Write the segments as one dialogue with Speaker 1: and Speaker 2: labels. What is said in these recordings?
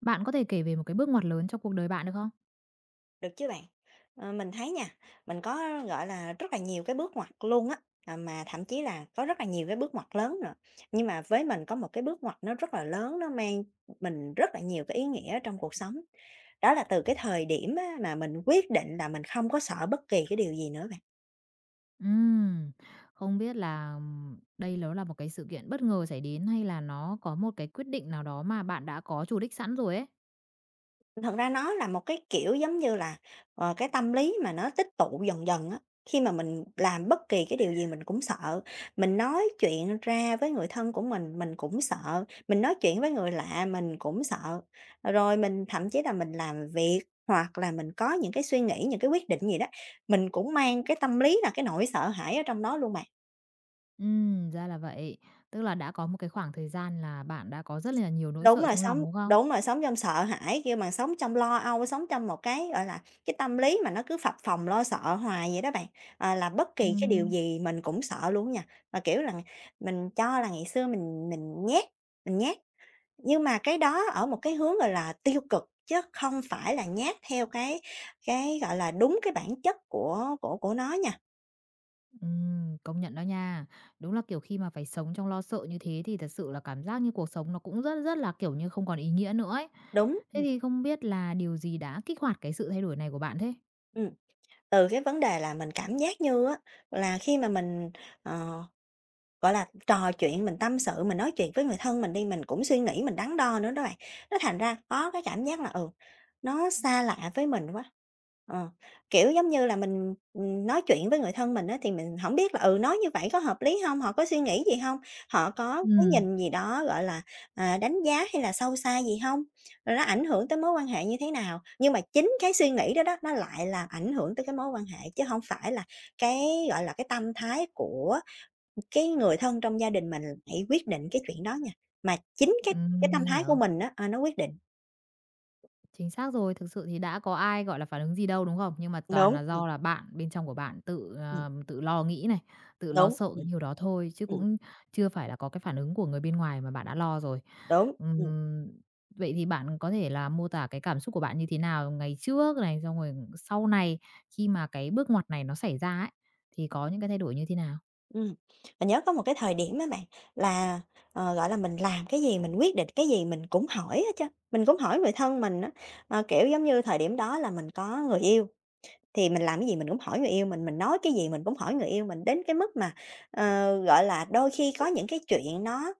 Speaker 1: Bạn có thể kể về một cái bước ngoặt lớn trong cuộc đời bạn được không?
Speaker 2: Được chứ bạn. Mình thấy nha, mình có, gọi là, rất là nhiều cái bước ngoặt luôn á, mà thậm chí là có rất là nhiều cái bước ngoặt lớn nữa. Nhưng mà với mình có một cái bước ngoặt nó rất là lớn, nó mang mình rất là nhiều cái ý nghĩa trong cuộc sống. Đó là từ cái thời điểm á mà mình quyết định là mình không có sợ bất kỳ cái điều gì nữa bạn.
Speaker 1: Ừm, không biết là, đây nó là một cái sự kiện bất ngờ xảy đến hay là nó có một cái quyết định nào đó mà bạn đã có chủ đích sẵn rồi ấy?
Speaker 2: Thật ra nó là một cái, kiểu, giống như là, cái tâm lý mà nó tích tụ dần dần á, khi mà mình làm bất kỳ cái điều gì mình cũng sợ, mình nói chuyện ra với người thân của mình cũng sợ, mình nói chuyện với người lạ mình cũng sợ. Rồi mình thậm chí là mình làm việc hoặc là mình có những cái suy nghĩ, những cái quyết định gì đó, mình cũng mang cái tâm lý là cái nỗi sợ hãi ở trong đó luôn mà.
Speaker 1: Ra là vậy. Tức là đã có một cái khoảng thời gian là bạn đã có rất là nhiều nỗi sợ trong lòng, đúng không?
Speaker 2: Đúng rồi, sống trong sợ hãi, kêu bằng, sống trong lo âu, sống trong một cái, gọi là, cái tâm lý mà nó cứ phập phồng lo sợ hoài vậy đó bạn. Là bất kỳ cái điều
Speaker 1: Ừm,
Speaker 2: gì mình cũng sợ luôn nha. Mà, kiểu là, mình cho là ngày xưa mình nhát, mình nhát, nhưng mà cái đó ở một cái hướng, gọi là, tiêu cực chứ không phải là nhát theo cái gọi là, đúng cái bản chất của nó nha.
Speaker 1: công nhận đó nha. Đúng là, kiểu, khi mà phải sống trong lo sợ như thế thì thật sự là cảm giác như cuộc sống nó cũng rất rất là, kiểu như, không còn ý nghĩa nữa ấy.
Speaker 2: Đúng,
Speaker 1: Thế thì không biết là điều gì đã kích hoạt cái sự thay đổi này của bạn thế?
Speaker 2: ừm, từ cái vấn đề là mình cảm giác như á là khi mà mình, ờ gọi là, trò chuyện, mình tâm sự, mình nói chuyện với người thân mình đi, mình cũng suy nghĩ, mình đắn đo nữa đó bạn. Nó thành ra có cái cảm giác là, nó xa lạ với mình quá. Ờ, kiểu, giống như là, mình, nói chuyện với người thân mình á, thì mình không biết là, nói như vậy có hợp lý không? Họ có suy nghĩ gì không? Họ có cái
Speaker 1: Ừm.
Speaker 2: nhìn gì đó, gọi là, đánh giá hay là sâu xa gì không? Rồi nó ảnh hưởng tới mối quan hệ như thế nào? Nhưng mà chính cái suy nghĩ đó đó, nó lại làm ảnh hưởng tới cái mối quan hệ, chứ không phải là cái, gọi là, cái tâm thái của cái người thân trong gia đình mình hãy quyết định cái chuyện đó nha, mà chính cái tâm
Speaker 1: Mình
Speaker 2: thái của
Speaker 1: hiểu.
Speaker 2: mình á, nó quyết định.
Speaker 1: Chính xác rồi, thực sự thì đã có ai, gọi là, phản ứng gì đâu, đúng không? Nhưng mà toàn
Speaker 2: Đúng,
Speaker 1: là do là bạn, bên trong của bạn tự,
Speaker 2: ừm,
Speaker 1: tự lo nghĩ này, tự lo
Speaker 2: đúng,
Speaker 1: sợ cái điều đó thôi, chứ
Speaker 2: ừm,
Speaker 1: cũng chưa phải là có cái phản ứng của người bên ngoài mà bạn đã lo rồi.
Speaker 2: đúng,
Speaker 1: Ừm, vậy thì bạn có thể là mô tả cái cảm xúc của bạn như thế nào ngày trước này, xong rồi sau này khi mà cái bước ngoặt này nó xảy ra ấy, thì có những cái thay đổi như thế nào?
Speaker 2: ừm. Mình nhớ có một cái thời điểm á bạn là, gọi là, mình làm cái gì, mình quyết định cái gì mình cũng hỏi hết trơn, mình cũng hỏi người thân mình á. Kiểu, giống như thời điểm đó là mình có người yêu, thì mình làm cái gì mình cũng hỏi người yêu mình nói cái gì mình cũng hỏi người yêu mình, đến cái mức mà, ờ, gọi là, đôi khi có những cái chuyện nó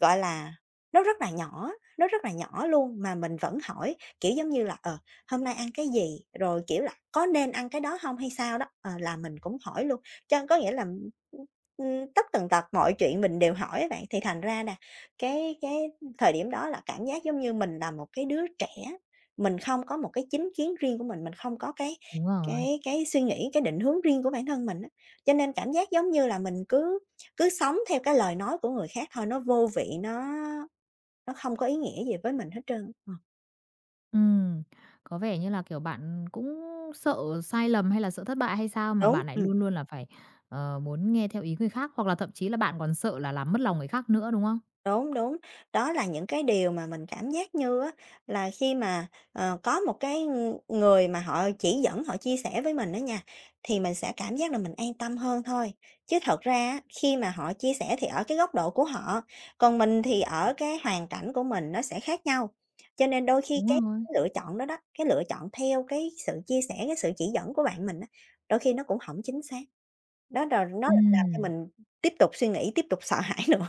Speaker 2: gọi là, nó rất là nhỏ, nó rất là nhỏ luôn mà mình vẫn hỏi, kiểu, giống như là, "Hôm nay ăn cái gì?" Rồi, kiểu là, "Có nên ăn cái đó không hay sao?" đó, là mình cũng hỏi luôn. Cho có nghĩa là, ừm, tất tần tật mọi chuyện mình đều hỏi á bạn, thì thành ra nè, cái thời điểm đó là cảm giác giống như mình là một cái đứa trẻ, mình không có một cái chính kiến riêng của mình không có cái
Speaker 1: Đúng rồi.
Speaker 2: cái cái suy nghĩ, cái định hướng riêng của bản thân mình á. Cho nên cảm giác giống như là mình cứ cứ sống theo cái lời nói của người khác thôi, nó vô vị, nó không có ý nghĩa gì với mình hết trơn. Ờ,
Speaker 1: Ừm, có vẻ như là, kiểu, bạn cũng sợ sai lầm hay là sợ thất bại hay sao mà
Speaker 2: đúng,
Speaker 1: bạn lại luôn luôn là phải, muốn nghe theo ý người khác, hoặc là thậm chí là bạn còn sợ là làm mất lòng người khác nữa, đúng không?
Speaker 2: Đúng, đúng. Đó là những cái điều mà mình cảm giác như á, là khi mà, có một cái người mà họ chỉ dẫn, họ chia sẻ với mình đó nha, thì mình sẽ cảm giác là mình an tâm hơn thôi. Chứ thật ra á, khi mà họ chia sẻ thì ở cái góc độ của họ, còn mình thì ở cái hoàn cảnh của mình nó sẽ khác nhau. Cho nên đôi khi
Speaker 1: Đúng
Speaker 2: cái
Speaker 1: rồi.
Speaker 2: lựa chọn đó đó, cái lựa chọn theo cái sự chia sẻ, cái sự chỉ dẫn của bạn mình á, đôi khi nó cũng không chính xác. Đó, nó lại làm cho
Speaker 1: Ừm,
Speaker 2: mình tiếp tục suy nghĩ, tiếp tục sợ hãi nữa.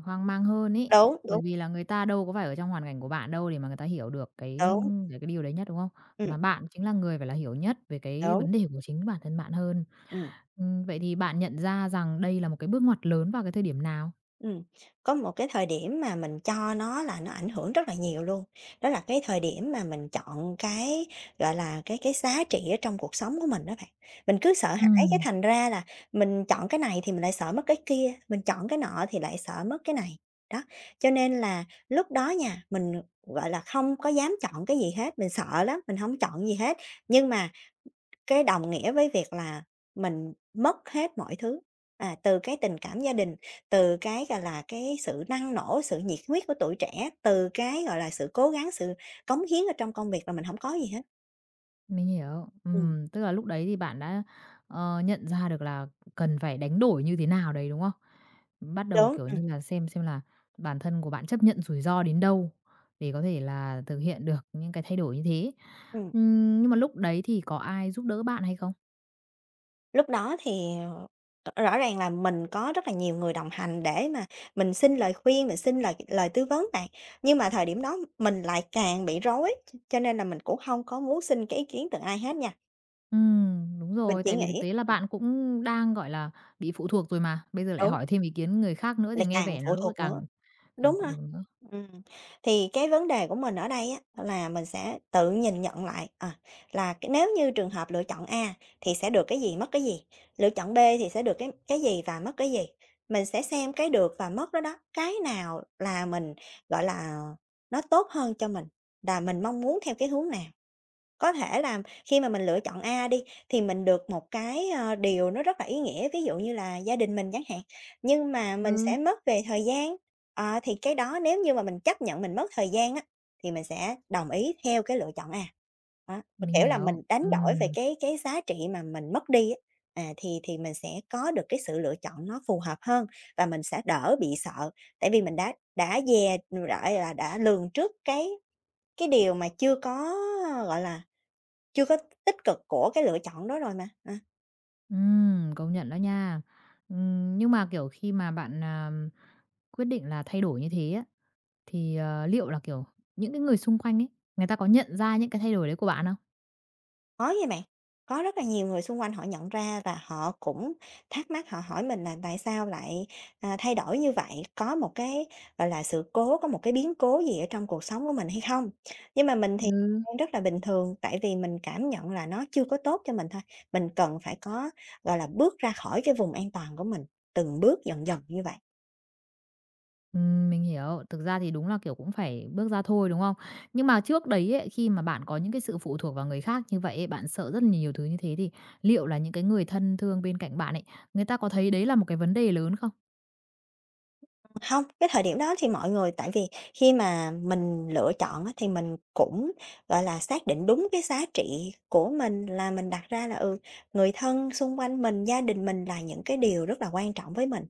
Speaker 1: hoang mang hơn ý
Speaker 2: Đúng, đúng,
Speaker 1: bởi vì là người ta đâu có phải ở trong hoàn cảnh của bạn đâu để mà người ta hiểu được cái
Speaker 2: đúng.
Speaker 1: về cái điều đấy nhất, đúng không?
Speaker 2: Ừm,
Speaker 1: Mà bạn chính là người phải là hiểu nhất về cái
Speaker 2: đúng,
Speaker 1: vấn đề của chính bản thân bạn hơn.
Speaker 2: ừm,
Speaker 1: Vậy thì bạn nhận ra rằng đây là một cái bước ngoặt lớn vào cái thời điểm nào?
Speaker 2: ừm. Có một cái thời điểm mà mình cho nó là nó ảnh hưởng rất là nhiều luôn, đó là cái thời điểm mà mình chọn cái, gọi là, cái giá trị ở trong cuộc sống của mình đó bạn. Mình cứ sợ hãi cái
Speaker 1: Ừm.
Speaker 2: thành ra là mình chọn cái này thì mình lại sợ mất cái kia, mình chọn cái nọ thì lại sợ mất cái này. Đó, cho nên là lúc đó nha, mình, gọi là, không có dám chọn cái gì hết, mình sợ lắm, mình không chọn gì hết. Nhưng mà cái đồng nghĩa với việc là mình mất hết mọi thứ, từ cái tình cảm gia đình, từ cái, gọi là, cái sự năng nổ, sự nhiệt huyết của tuổi trẻ, từ cái, gọi là, sự cố gắng, sự cống hiến ở trong công việc là mình không có gì hết.
Speaker 1: Mình hiểu.
Speaker 2: Ừm,
Speaker 1: Tức là lúc đấy thì bạn đã, nhận ra được là cần phải đánh đổi như thế nào đấy, đúng không? Bắt đầu,
Speaker 2: đúng,
Speaker 1: kiểu như là, xem là bản thân của bạn chấp nhận rủi ro đến đâu để có thể là thực hiện được những cái thay đổi như thế.
Speaker 2: ừm.
Speaker 1: Nhưng mà lúc đấy thì có ai giúp đỡ bạn hay không?
Speaker 2: Lúc đó thì, rõ ràng là mình có rất là nhiều người đồng hành để mà mình xin lời khuyên, mình xin lời lời tư vấn bạn, nhưng mà thời điểm đó mình lại càng bị rối, cho nên là mình cũng không có muốn xin cái ý kiến từ ai hết nha.
Speaker 1: Đúng
Speaker 2: Mình
Speaker 1: rồi,
Speaker 2: chỉ
Speaker 1: tại vì thực
Speaker 2: nghĩ
Speaker 1: tế là bạn cũng đang, gọi là, bị phụ thuộc rồi mà, bây giờ lại
Speaker 2: đúng,
Speaker 1: hỏi thêm ý kiến người khác nữa thì
Speaker 2: lại
Speaker 1: nghe
Speaker 2: càng
Speaker 1: vẻ là
Speaker 2: phụ
Speaker 1: lúc ấy
Speaker 2: thuộc nữa.
Speaker 1: càng càng
Speaker 2: Đúng
Speaker 1: phụ
Speaker 2: rồi.
Speaker 1: thuộc nữa.
Speaker 2: Ừm, thì cái vấn đề của mình ở đây á là mình sẽ tự nhìn nhận lại, là cái nếu như trường hợp lựa chọn A thì sẽ được cái gì, mất cái gì, lựa chọn B thì sẽ được cái gì và mất cái gì. Mình sẽ xem cái được và mất đó đó, cái nào là mình, gọi là, nó tốt hơn cho mình, là mình mong muốn theo cái hướng nào. Có thể là khi mà mình lựa chọn A đi, thì mình được một cái, điều nó rất là ý nghĩa, ví dụ như là gia đình mình chẳng hạn, nhưng mà mình
Speaker 1: Ừ,
Speaker 2: sẽ mất về thời gian. Thì cái đó nếu như mà mình chấp nhận mình mất thời gian á, thì mình sẽ đồng ý theo cái lựa chọn A. Đó,
Speaker 1: mình
Speaker 2: kiểu là,
Speaker 1: hiểu.
Speaker 2: mình đánh đổi về
Speaker 1: Ừm.
Speaker 2: cái giá trị mà mình mất đi á, thì mình sẽ có được cái sự lựa chọn nó phù hợp hơn và mình sẽ đỡ bị sợ, tại vì mình đã dè, gọi là, đã lường trước cái điều mà chưa có, gọi là, chưa có tích cực của cái lựa chọn đó rồi mà. à,
Speaker 1: Công nhận đó nha. Nhưng mà, kiểu, khi mà bạn, quyết định là thay đổi như thế á, thì, liệu là, kiểu, những cái người xung quanh ấy, người ta có nhận ra những cái thay đổi đấy của bạn không?
Speaker 2: có nha bạn. Có rất là nhiều người xung quanh họ nhận ra và họ cũng thắc mắc, họ hỏi mình là tại sao lại, thay đổi như vậy, có một cái, gọi là, sự cố, có một cái biến cố gì ở trong cuộc sống của mình hay không? Nhưng mà mình thì
Speaker 1: Ừ.
Speaker 2: đang rất là bình thường, tại vì mình cảm nhận là nó chưa có tốt cho mình thôi, mình cần phải có, gọi là, bước ra khỏi cái vùng an toàn của mình, từng bước dần dần như vậy.
Speaker 1: Mình hiểu, thực ra thì đúng là, kiểu, cũng phải bước ra thôi, đúng không? Nhưng mà trước đấy ấy, khi mà bạn có những cái sự phụ thuộc vào người khác như vậy ấy, bạn sợ rất là nhiều thứ như thế thì liệu là những cái người thân thương bên cạnh bạn ấy, người ta có thấy đấy là một cái vấn đề lớn không?
Speaker 2: Không, cái thời điểm đó thì mọi người tại vì khi mà mình lựa chọn á, thì mình cũng, gọi là, xác định đúng cái giá trị của mình là mình đặt ra là, người thân xung quanh mình, gia đình mình là những cái điều rất là quan trọng với mình.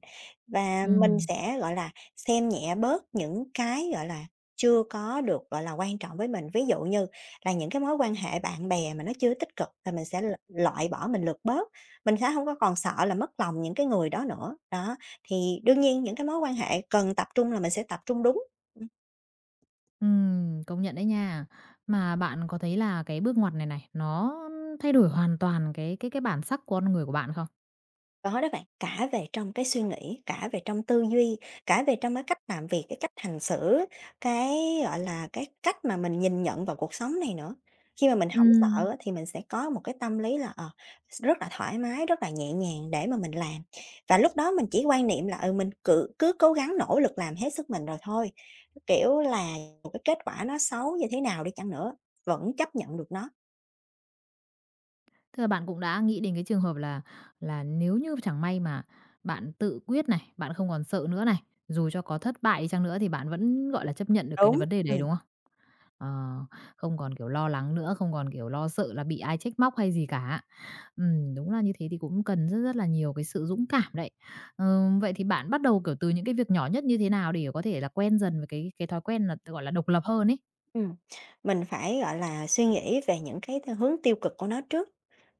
Speaker 2: Và mình
Speaker 1: Ừm.
Speaker 2: sẽ, gọi là, xem nhẹ bớt những cái, gọi là, chưa có được, gọi là, quan trọng với mình. Ví dụ như là những cái mối quan hệ bạn bè mà nó chưa tích cực là mình sẽ loại bỏ, mình lược bớt, mình sẽ không có còn sợ là mất lòng những cái người đó nữa, đó. Thì đương nhiên những cái mối quan hệ cần tập trung là mình sẽ tập trung đúng. Ừm,
Speaker 1: Công nhận đấy nha. Mà bạn có thấy là cái bước ngoặt này này, nó thay đổi hoàn toàn cái bản sắc con người của bạn không?
Speaker 2: có đó bạn, cả về trong cái suy nghĩ, cả về trong tư duy, cả về trong cái cách làm việc, cái cách hành xử, cái, gọi là, cái cách mà mình nhìn nhận vào cuộc sống này nữa. Khi mà mình không sợ
Speaker 1: Ừm.
Speaker 2: á thì mình sẽ có một cái tâm lý là, rất là thoải mái, rất là nhẹ nhàng để mà mình làm. Và lúc đó mình chỉ quan niệm là, ừ, mình cứ cứ cố gắng nỗ lực làm hết sức mình rồi thôi, kiểu là, một cái kết quả nó xấu như thế nào đi chăng nữa, vẫn chấp nhận được nó.
Speaker 1: Tức là bạn cũng đã nghĩ đến cái trường hợp là nếu như chẳng may mà bạn tự quyết này, bạn không còn sợ nữa này, dù cho có thất bại đi chăng nữa thì bạn vẫn, gọi là, chấp nhận được cái
Speaker 2: Đúng,
Speaker 1: vấn đề đấy, đúng không? Ờ, không còn, kiểu, lo lắng nữa, không còn, kiểu, lo sợ là bị ai trách móc hay gì cả. Đúng là như thế thì cũng cần rất rất là nhiều cái sự dũng cảm đấy. Ờ, vậy thì bạn bắt đầu, kiểu, từ những cái việc nhỏ nhất như thế nào để có thể là quen dần với cái thói quen là, gọi là, độc lập hơn ấy?
Speaker 2: Ừm, mình phải, gọi là, suy nghĩ về những cái theo hướng tiêu cực của nó trước,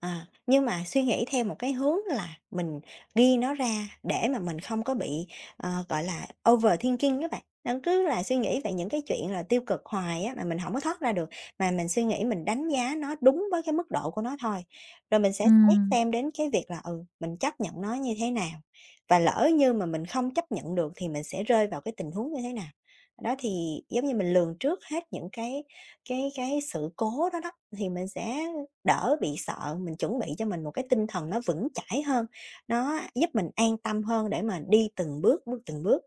Speaker 2: à, nhưng mà suy nghĩ theo một cái hướng là mình ghi nó ra để mà mình không có bị, gọi là, overthinking các bạn. Nên cứ là suy nghĩ về những cái chuyện là tiêu cực hoài á, mà mình không có thoát ra được, mà mình suy nghĩ mình đánh giá nó đúng với cái mức độ của nó thôi. Rồi mình sẽ xét
Speaker 1: Ừm.
Speaker 2: xem đến cái việc là, ừ, mình chấp nhận nó như thế nào, và lỡ như mà mình không chấp nhận được thì mình sẽ rơi vào cái tình huống như thế nào. Đó, thì giống như mình lường trước hết những cái sự cố đó đó, thì mình sẽ đỡ bị sợ, mình chuẩn bị cho mình một cái tinh thần nó vững chãi hơn, nó giúp mình an tâm hơn để mà đi từng bước, bước từng bước.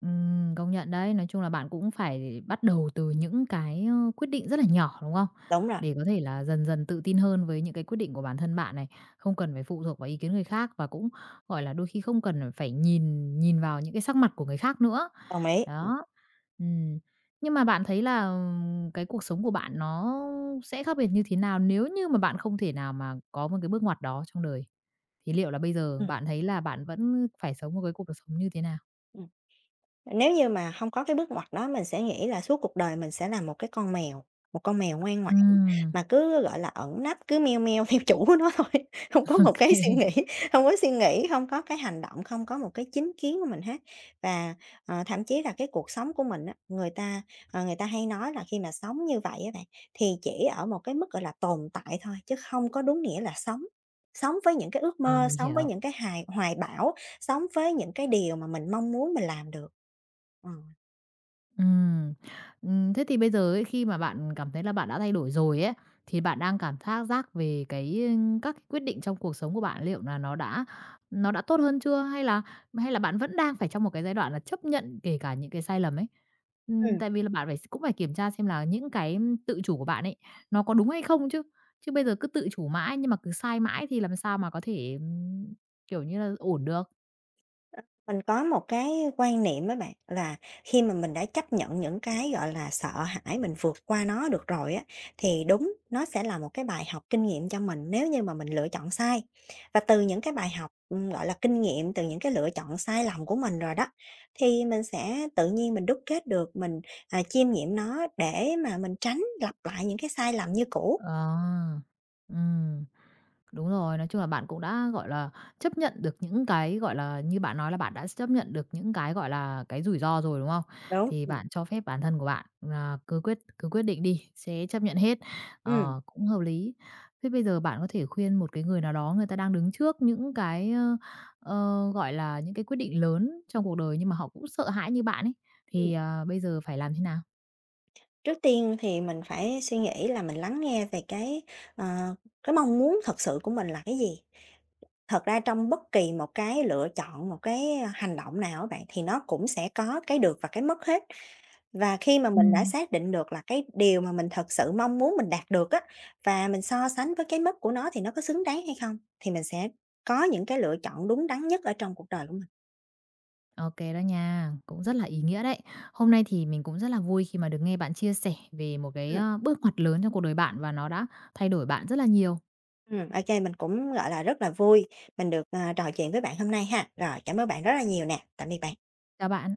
Speaker 1: Công nhận đấy. Nói chung là bạn cũng phải bắt đầu từ những cái, quyết định rất là nhỏ, đúng không?
Speaker 2: Đúng rồi,
Speaker 1: Để có thể là dần dần tự tin hơn với những cái quyết định của bản thân bạn này, không cần phải phụ thuộc vào ý kiến người khác và cũng, gọi là, đôi khi không cần phải nhìn nhìn vào những cái sắc mặt của người khác nữa.
Speaker 2: đồng ý.
Speaker 1: Đó. Ừm. Nhưng mà bạn thấy là, cái cuộc sống của bạn nó sẽ khác biệt như thế nào nếu như mà bạn không thể nào mà có một cái bước ngoặt đó trong đời? Thì liệu là bây giờ bạn thấy là bạn vẫn phải sống một cái cuộc sống như thế nào?
Speaker 2: Nếu như mà không có cái bước ngoặt đó, mình sẽ nghĩ là suốt cuộc đời mình sẽ là một cái con mèo, một con mèo ngoan ngoãn
Speaker 1: Ừm.
Speaker 2: mà cứ, gọi là, ẩn nấp, cứ meo meo theo chủ của nó thôi, không có một
Speaker 1: OK.
Speaker 2: cái suy nghĩ, không có suy nghĩ, không có cái hành động, không có một cái chính kiến của mình hết. Và, thậm chí là cái cuộc sống của mình á, người ta, người ta hay nói là khi mà sống như vậy á bạn, thì chỉ ở một cái mức, gọi là, tồn tại thôi, chứ không có đúng nghĩa là sống. Sống với những cái ước
Speaker 1: Ờ,
Speaker 2: mơ,
Speaker 1: mình
Speaker 2: sống với
Speaker 1: hiểu.
Speaker 2: những cái hài hoài bão, sống với những cái điều mà mình mong muốn mình làm được. Ờ,
Speaker 1: Ừm, ừm, thế thì bây giờ ấy, khi mà bạn cảm thấy là bạn đã thay đổi rồi ấy, thì bạn đang cảm thác giác về cái, các cái quyết định trong cuộc sống của bạn liệu là nó đã tốt hơn chưa? Hay là bạn vẫn đang phải trong một cái giai đoạn là chấp nhận kể cả những cái sai lầm ấy?
Speaker 2: ừm,
Speaker 1: Tại vì là bạn phải cũng phải kiểm tra xem là những cái tự chủ của bạn ấy, nó có đúng hay không chứ. Chứ bây giờ cứ tự chủ mãi nhưng mà cứ sai mãi thì làm sao mà có thể, kiểu như là, ổn được.
Speaker 2: mình có một cái quan niệm á bạn, là khi mà mình đã chấp nhận những cái, gọi là, sợ hãi, mình vượt qua nó được rồi á, thì đúng, nó sẽ là một cái bài học kinh nghiệm cho mình nếu như mà mình lựa chọn sai. Và từ những cái bài học, gọi là, kinh nghiệm, từ những cái lựa chọn sai lầm của mình rồi đó, thì mình sẽ tự nhiên mình đúc kết được, mình, à, chiêm nghiệm nó để mà mình tránh lặp lại những cái sai lầm như cũ,
Speaker 1: Ờ, ừm. Đúng rồi, nói chung là bạn cũng đã, gọi là, chấp nhận được những cái, gọi là, như bạn nói là bạn đã chấp nhận được những cái, gọi là, cái rủi ro rồi, đúng không?
Speaker 2: đúng.
Speaker 1: Thì bạn cho phép bản thân của bạn, là cứ quyết định đi, sẽ chấp nhận hết, cũng hợp lý. Thế bây giờ bạn có thể khuyên một cái người nào đó người ta đang đứng trước những cái, gọi là, những cái quyết định lớn trong cuộc đời nhưng mà họ cũng sợ hãi như bạn ấy,
Speaker 2: Ừm.
Speaker 1: thì, bây giờ phải làm thế nào?
Speaker 2: Trước tiên thì mình phải suy nghĩ là mình lắng nghe về cái, ờ, cái mong muốn thật sự của mình là cái gì. Thật ra trong bất kỳ một cái lựa chọn, một cái hành động nào á bạn, thì nó cũng sẽ có cái được và cái mất hết. Và khi mà mình đã
Speaker 1: Ừm.
Speaker 2: xác định được là cái điều mà mình thật sự mong muốn mình đạt được á, và mình so sánh với cái mất của nó thì nó có xứng đáng hay không, thì mình sẽ có những cái lựa chọn đúng đắn nhất ở trong cuộc đời của mình.
Speaker 1: OK đó nha, cũng rất là ý nghĩa đấy. Hôm nay thì mình cũng rất là vui khi mà được nghe bạn chia sẻ về một cái,
Speaker 2: Ừm,
Speaker 1: bước ngoặt lớn trong cuộc đời bạn và nó đã thay đổi bạn rất là nhiều.
Speaker 2: ô mình cũng, gọi là, rất là vui mình được, trò chuyện với bạn hôm nay ha. Rồi, cảm ơn bạn rất là nhiều nè. Tạm biệt bạn.
Speaker 1: Chào bạn.